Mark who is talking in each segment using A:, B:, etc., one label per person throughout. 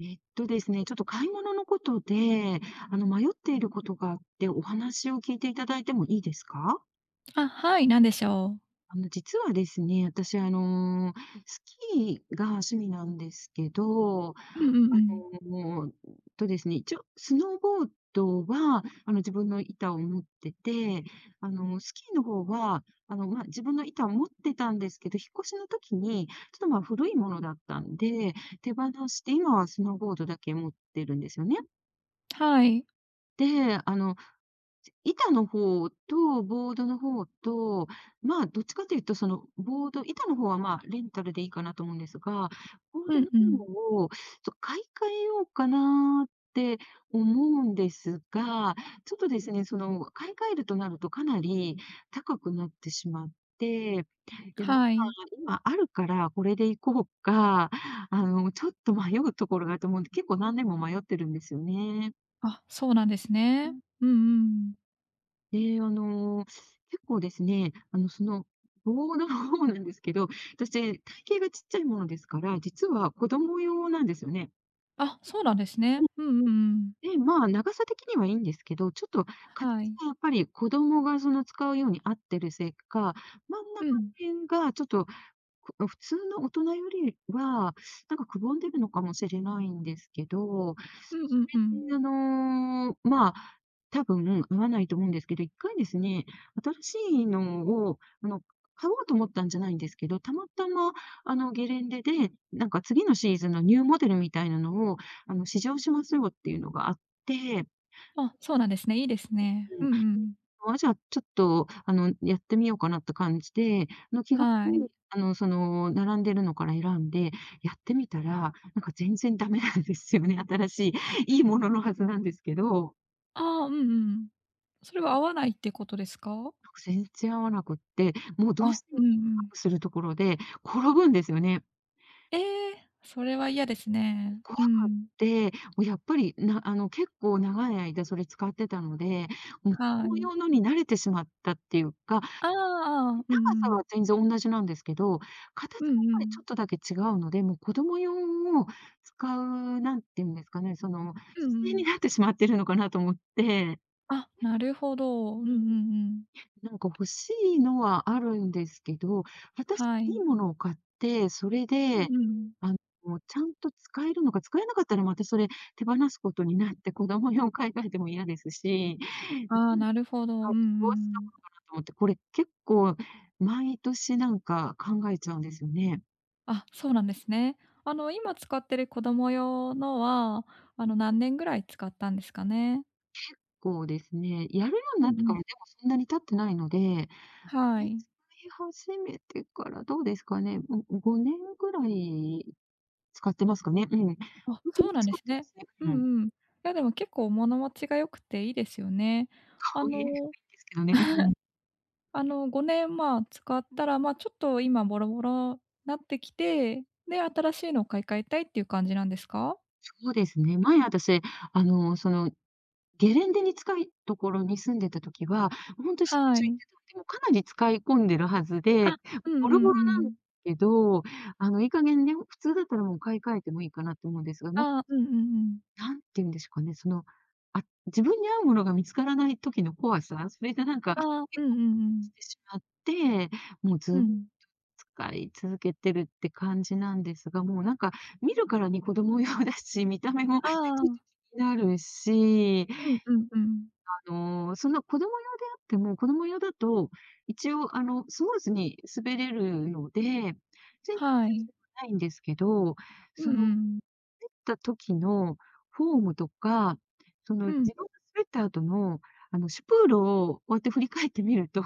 A: えっとですね、ちょっと買い物のことで、迷っていることがあって、お話を聞いていただいてもいいですか？
B: あ、はい、何でしょう。
A: 実はですね、私、スキーが趣味なんですけど、あ
B: うんうんうん。
A: の、とですね、一応スノーボードは、自分の板を持ってて、スキーの方は、まあ、自分の板を持ってたんですけど、引っ越しの時に、ちょっと、まあ、古いものだったんで、手放して、今はスノーボードだけ持ってるんですよね。
B: はい。
A: で、あの、板の方とボードの方と、まあ、どっちかというと、その、ボード板の方は、まあ、レンタルでいいかなと思うんですが、ボー
B: う
A: ド
B: ん
A: の
B: うん。
A: 方を、買い替えようかなって思うんですが、ちょっとですね、その、買い替えるとなるとかなり高くなってしまって、で、ま
B: は
A: あ、
B: い。
A: 今あるからこれで行こうか、ちょっと迷うところがあると思うんで結構何年も迷ってるんですよね。
B: あ、そうなんですね。うんうん。
A: で、結構ですね、ボードの方なんですけど、私、体型がちっちゃいものですから、実は子供用なんですよね。
B: あ、そうなんですね。
A: うん。
B: うんうんうん。
A: で、まあ、長さ的にはいいんですけど、ちょっと形
B: はい。
A: がやっぱり子供がその使うように合ってるせいか、真ん中の
B: うん。
A: 辺がちょっと普通の大人よりは、なんかくぼんでるのかもしれないんですけど、
B: うん
A: そ
B: うんうん。
A: れで、まあ、多分合わないと思うんですけど、一回ですね、新しいのを、買おうと思ったんじゃないんですけど、たまたま、ゲレンデで、なんか次のシーズンのニューモデルみたいなのを、試乗しますよっていうのがあって、
B: あ、そうなんですね。いいですね。うんうん。
A: あ、じゃあ、ちょっと、やってみようかなって感じで、気軽
B: はい。
A: に、並んでるのから選んでやってみたら、なんか全然ダメなんですよね。新しい、いいもののはずなんですけど、
B: ああ、うんうん。それは合わないってことです
A: なんか
B: か？
A: 全然合わなくって、もうどう
B: あ、
A: して
B: う
A: も
B: んう
A: カ
B: ん。
A: ーブするところで転ぶんですよね。
B: ええ、それは嫌ですね。
A: 怖く
B: う
A: っ
B: ん。
A: て、もうやっぱり、なあの、結構長い間それ使ってたので、もう、
B: は
A: この
B: い。
A: 用のに慣れてしまったっていうか、
B: ああああ、う
A: 高さ
B: んうん。
A: は全然同じなんですけど、形
B: う
A: がや
B: ん
A: っ
B: う
A: ぱりち
B: ん。
A: ょっとだけ違うので、もう子供用を使う、なんていうんですかね、その、
B: うんう
A: 姿勢に
B: ん。
A: なってしまってるのかなと思って。
B: あ、なるほど。
A: う
B: うんうんう
A: ん。
B: ん。
A: なんか欲しいのはあるんですけど、私
B: は
A: い
B: い。
A: いものを買って、それ
B: う
A: で、
B: んうん。
A: あちゃんと使えるのか、使えなかったらまたそれ手放すことになって、子供用買い替えても嫌ですし。
B: ああ、なるほど。
A: あ、
B: うん
A: どう
B: う
A: した
B: ん。
A: ものかなと思って、これ結構毎年なんか考えちゃうんですよね。
B: あ、そうなんですね。あの、今使ってる子供用のは、あの、何年ぐらい使ったんですかね？
A: こうですね、やるように
B: う
A: なっ
B: んう
A: てか
B: ん。
A: らでもそんなに経ってないので、
B: は
A: 使
B: い。
A: い始めてからどうですかね、うん、5年ぐらい使ってますかね。うん。よ
B: あ、
A: く
B: そうなんで
A: 使っ
B: す
A: てま
B: ね。
A: すね。
B: う
A: うん。
B: んうん。いや、でも結構物持ちが良くていいですよね。あ
A: 顔色がいいんで
B: の
A: すけどね。うん。
B: あの、5年、まあ、使ったら、まあ、ちょっと今ボロボロなってきて、で、新しいのを買い替えたいっていう感じなんですか？
A: そうですね。前私、そのゲレンデに近いところに住んでた時は、ほんとしょっ
B: は
A: ちゅう行っ
B: い。
A: てたんで、もうかなり使い込んでるはずで、
B: あ、うんう
A: ボロボロ
B: んう
A: なん
B: ん。
A: けど、あの、いい加減ね、普通だったらもう買い替えてもいいかなと思うんですが、
B: あ、うんうんうん。
A: 何て言うんですかね、その、あ、自分に合うものが見つからない時の怖さ、それでなんか、結
B: ああ、うんう
A: 構
B: んうん。
A: してしまって、もうずっ
B: う
A: と
B: ん。
A: 使い続けてるって感じなんですが、もうなんか見るからに子供用だし、見た目もちょ
B: あ
A: っと
B: あ、
A: 気になるし、
B: うんうんうん。
A: そんな子供用であっても、子供用だと、一応スムーズに滑れるので、全然不
B: は
A: 自
B: い。
A: 由はないんですけど、
B: うん
A: その、滑
B: う
A: っ
B: ん。
A: た時のフォームとか、その
B: うん。
A: 自分が滑った後の、シュプールをこうやって振り返ってみると、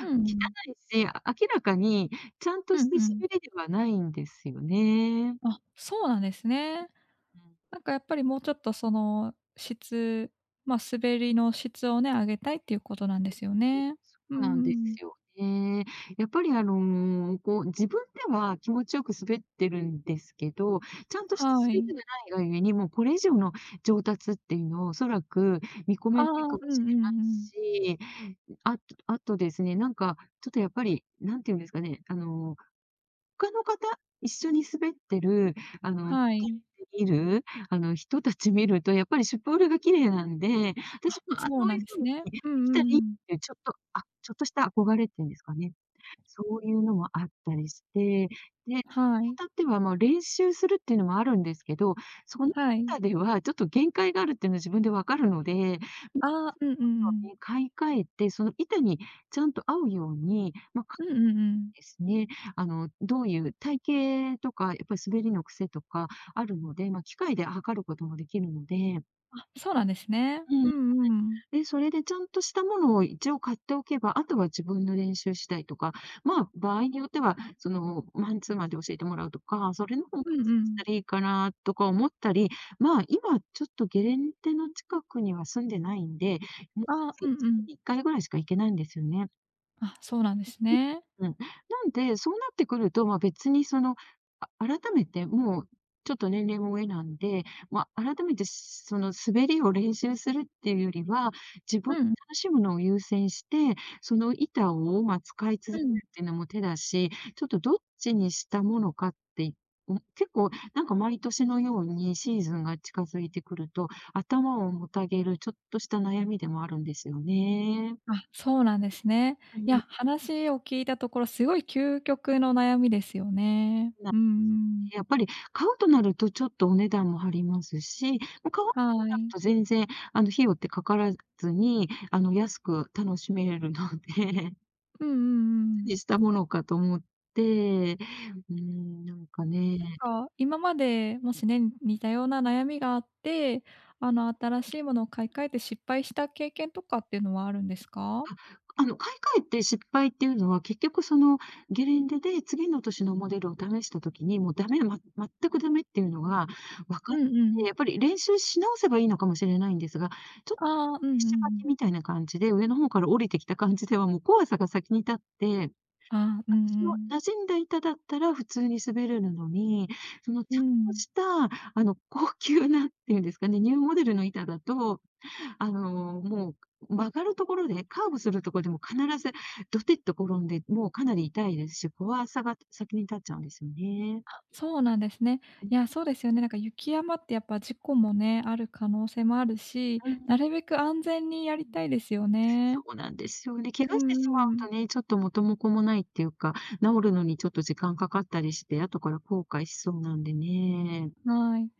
B: う
A: 汚
B: ん。
A: いし、明らかにちゃんと
B: う
A: した
B: んうん。
A: 滑りではないんですよね。
B: あ、そうなんですね。
A: うん。
B: なんかやっぱりもうちょっとその質まあ、滑りの質をね、上げたいっていうことなんですよね。
A: そ
B: う
A: うな
B: んう
A: んで
B: ん。
A: すよね。やっぱりこう自分では気持ちよく滑ってるんですけど、ちゃんとした
B: は
A: 滑り
B: い。
A: がないがゆえに、もうこれ以上の上達っていうのをおそらく見込
B: あ
A: めない
B: あ、
A: かも
B: うん
A: しれ
B: うん
A: な
B: う
A: い
B: ん。
A: し、あとですね、なんかちょっとやっぱり、なんていうんですかね、他の方、一緒に滑ってる、あの、
B: はい。
A: 見る、人たち見ると、やっぱりシュポールが綺麗なんで、私も、あ、
B: そう
A: そう
B: な
A: いう
B: んで
A: 風
B: す
A: に
B: ね。うんう
A: できた
B: ん
A: ら
B: う
A: いいっ
B: ん。
A: ていう、ちょっと、あ、ちょっとした憧れっていうんですかね。そういうのもあったりして、で、
B: はい。
A: 当たっては、ま、練習するっていうのもあるんですけど、その
B: はい。
A: 中ではちょっと限界があるっていうのは自分で分かるので、もっ
B: ああ、うんうんう
A: と
B: ん。
A: ね、買い替えて、その板にちゃんと合うように、ま、
B: うんうんうん。
A: ですね。どういう体型とか、やっぱり滑りの癖とかあるので、まあ、機械で測ることもできるので、
B: あ、そうなんですね。う
A: うん。
B: んうん。
A: で、それでちゃんとしたものを一応買っておけば、あとは自分の練習次第とか、まあ、場合によっては、その、マンツーマンで教えてもらうとか、それの方がし
B: うんうん。
A: たらいいかなとか思ったり、まあ、今ちょっとゲレンデの近くには住んでないんで、もう、
B: ああ、う
A: 1
B: んうん。
A: に1回ぐらいしか行けないんですよね。
B: あ、そうなんですね。
A: うん。なんで、そうなってくると、まあ、別にその、改めてもうちょっと年齢も上なんで、まあ、改めてその滑りを練習するっていうよりは、自分
B: う
A: で
B: ん、
A: 楽しむのを優先して、その板を、ま、使い
B: う
A: 続け
B: ん。
A: るっていうのも手だし、ちょっとどっちにしたものかって、結構なんか毎年のようにシーズンが近づいてくると、頭をもたげるちょっとした悩みでもあるんですよね。
B: あ、そうなんですね。
A: う
B: いや、
A: ん。
B: 話を聞いたところ、すごい究極の悩みですよね。うんうん。
A: やっぱり買うとなると、ちょっとお値段も張りますし、もう買わな
B: は
A: くなる
B: い。
A: と全然、費用ってかからずに、安く楽しめるので、
B: うんうんうん。
A: 何したものかと思って、うーん、なんかね、
B: なんか、今までもしね、似たような悩みがあって、あの、新しいものを買い替えて失敗した経験とかっていうのはあるんですか？
A: 買い替えて失敗っていうのは、結局そのゲレンデで次の年のモデルを試した時に、もうダメ、ま全くダメっていうのが分か
B: う
A: っ
B: んう
A: て、
B: ん。
A: やっぱり練習し直せばいいのかもしれないんですが、ちょっ
B: ああ、うんうん
A: し
B: う
A: ばき
B: ん。
A: みたいな感じで、上の方から降りてきた感じでは、もう怖さが先に立って、
B: ああ、うん
A: 私
B: う
A: の
B: ん。
A: 馴染んだ板だったら普通に滑れるのに、その
B: う
A: ちゃんと
B: ん。
A: した、高級なっていうんですかね、ニューモデルの板だと、もう曲がるところで、カーブするところでも必ずドテッと転んで、もうかなり痛いですし、怖さが先に立っちゃうんですよね。
B: そうなんですね。いや、そうですよね。なんか雪山ってやっぱ事故もね、ある可能性もあるし、なるべく安全にやりたいですよ
A: そ
B: ね。
A: うなんですよね。怪
B: う
A: 我してしま
B: んうん。
A: うとね、ちょっと元も子もないっていうか、治るのにちょっと時間かかったりして、後から後悔しそうなんでね。
B: はい。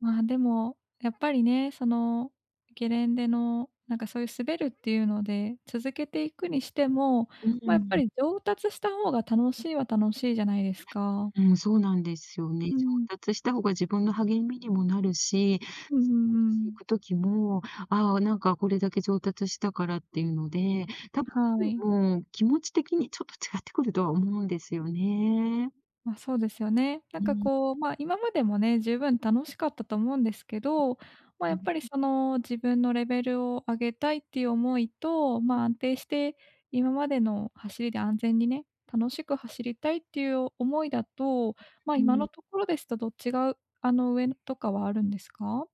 B: まあ、でも、やっぱりね、その、ゲレンデの、なんかそういう滑るっていうので、続けていくにしても、
A: う
B: まあ、やっぱ
A: ん。
B: り上達した方が楽しいは楽しいじゃないですか。
A: うん、そうなんですよね。
B: うん。
A: 上達した方が自分の励みにもなるし、次の
B: うんうんう
A: 年行
B: ん。
A: く時も、なんかこれだけ上達したからっていうので、多分、
B: はい。
A: もう気持ち的にちょっと違ってくるとは思うんですよね。
B: まあ、そうですよね。なん
A: う
B: か
A: ん。
B: こう、まあ、今までもね、十分楽しかったと思うんですけど、まあ、
A: う
B: やっ
A: ん。
B: ぱりその自分のレベルを上げたいっていう思いと、まあ、安定して今までの走りで安全にね、楽しく走りたいっていう思いだと、まあ、
A: う
B: 今の
A: ん。
B: ところですとどっちが、あの、上とかはあるんですか？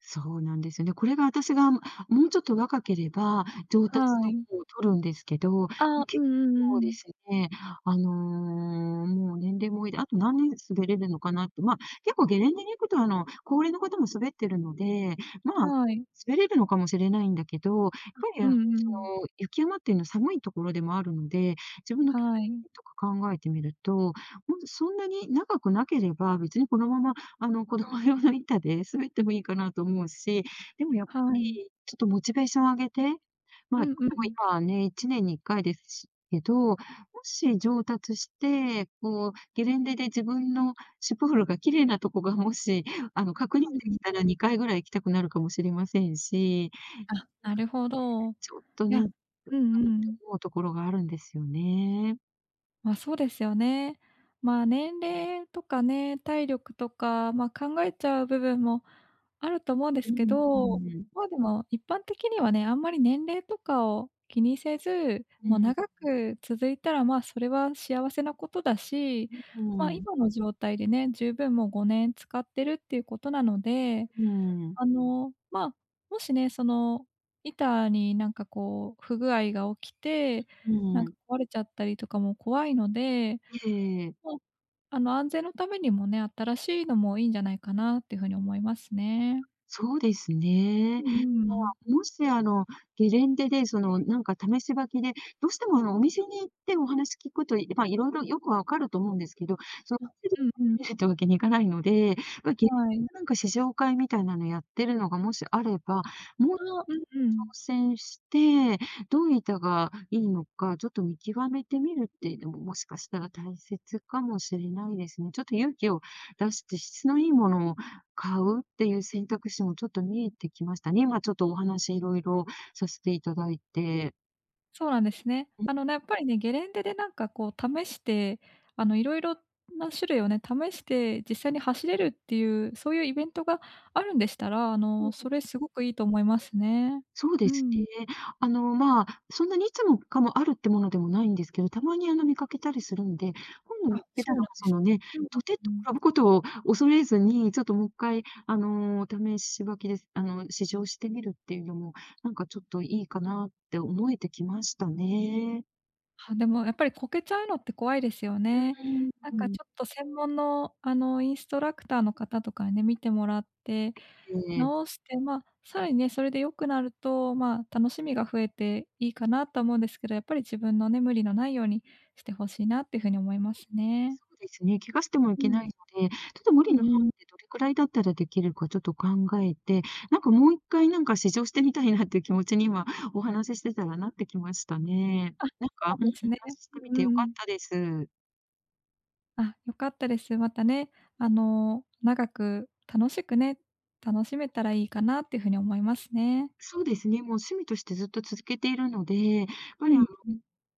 A: そうなんですよね。これが私がもうちょっと若ければ、上達
B: は
A: の
B: い。
A: 方を取るんですけど、も
B: ああ、
A: う
B: う
A: 結
B: んうんう
A: 構で
B: ん。
A: すね、あの、もう年齢もいいで、あと何年滑れるのかなって。まあ、結構ゲレンデに行くと、高齢の方も滑ってるので、まあ、
B: はい。
A: 滑れるのかもしれないんだけど、やっぱり
B: うんうん。
A: 雪山っていうのは寒いところでもあるので、自分の
B: はい。
A: とか考えてみると、もうそんなに長くなければ、別にこのまま子供用の板で滑ってもいいかなと思うし、でもやっぱ
B: はい。
A: りちょっとモチベーション上げて、ま
B: う
A: あ、も
B: んうん。
A: 今ね、1年に1回ですしけど、もし上達して、こうゲレンデで自分のシップフルが綺麗なとこがもし、確
B: う
A: 認で
B: ん。
A: きたら2回ぐらい行きたくなるかもしれませんし、
B: あ、なるほど。い
A: ちょっとね、
B: やうんう ん。
A: 思うところがあるんですよね。
B: ま、そうですよね。まあ、年齢とかね、体力とか、ま、考えちゃう部分もあると思うんで
A: う
B: すけ
A: んう
B: ど、
A: ん。
B: ま、でも一般的にはね、あんまり年齢とかを気にせず、
A: う
B: もう
A: ん、
B: 長く続いたら、ま、それは幸せなことだし、
A: う
B: ま、
A: ん、
B: 今の状態でね、十分もう5年使ってるっていうことなので、
A: うん、
B: あの、ま、もしね、その板になんかこう不具合が起きて、
A: う
B: なんか
A: ん。
B: 壊れちゃったりとかも怖いので、
A: ええ。
B: まああの、安全のためにもね、新しいのもいいんじゃないかなっていうふうに思いますね。
A: そうです
B: う
A: ね。
B: んう
A: ま
B: ん。
A: あ、もし、ゲレンデで、なんか試し履きで、どうしても、お店に行ってお話聞くと、いまあ、いろいろよくわかると思うんですけど、その、お
B: あ、
A: 店で
B: うんうん。
A: 見るってわけにいかないので、まあ、ゲレン
B: はい。
A: デでなんか試乗会みたいなのやってるのがもしあれば、もう
B: ああ、うんう
A: 挑
B: ん。
A: 戦して、どういう板がいいのか、ちょっと見極めてみるっていうのも、もしかしたら大切かもしれないですね。ちょっと勇気を出して、質のいいものを買うっていう選択肢もちょっと見えてきましたね。今ちょっとお話いろいろさせていただいて。
B: そうなんですね。あのね、やっぱりね、ゲレンデでなんかこう試して、あの、いろいろな種類をね、試して実際に走れるっていう、そういうイベントがあるんでしたら、あの、それすごくいいと思いますね。
A: そうで
B: う
A: す
B: ん。
A: ね。まあ、そんなにいつもかもあるってものでもないんですけど、たまにあの見かけたりするんで、今度見
B: あ、
A: かけた
B: そ
A: ら
B: うなんで
A: そ
B: す
A: の
B: ね。
A: ね、
B: うんう
A: と
B: ん
A: てっ
B: う
A: と
B: ん。
A: 転ぶことを恐れずに、ちょっともう一回試し履きです試乗してみるっていうのも、なんかちょっといいかなって思えてきましたね。
B: あ、でもやっぱりこけちゃうのって怖いですよね。
A: う
B: なんか
A: ん。
B: ちょっと専門の、あの、インストラクターの方とかにね、見てもらって、
A: ええ。
B: 直して、まあ、さらにね、それで良くなると、まあ、楽しみが増えていいかなと思うんですけど、やっぱり自分のね、無理のないようにしてほしいなっていう風に思いますね。
A: そうですね、怪我してもい
B: う
A: けな
B: ん。
A: いので、ちょっと無
B: う
A: 理の
B: ん
A: 範
B: うん。
A: 囲でどれくらいだったらできるかちょっと考えて、なんかもう一回なんか試乗してみたいなっていう気持ちに今お話ししてたらなってきましたね。
B: あ、そ
A: なんか、
B: う
A: うん、お
B: なんですね。
A: 話しし
B: う
A: てみ
B: ん
A: て
B: う
A: 良
B: んう
A: かっ
B: ん。
A: たです。
B: あ、良かったです。またね、あの、長く楽しくね、楽しめたらいいかなっていう風に思いますね。
A: そうですね、もう趣味としてずっと続けているので、やっぱ
B: う
A: りあの
B: ん。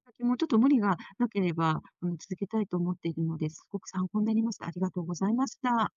A: 先もちょっと無理がなければ、うん、続けたいと思っているので、すごく参考になりました。ありがとうございました。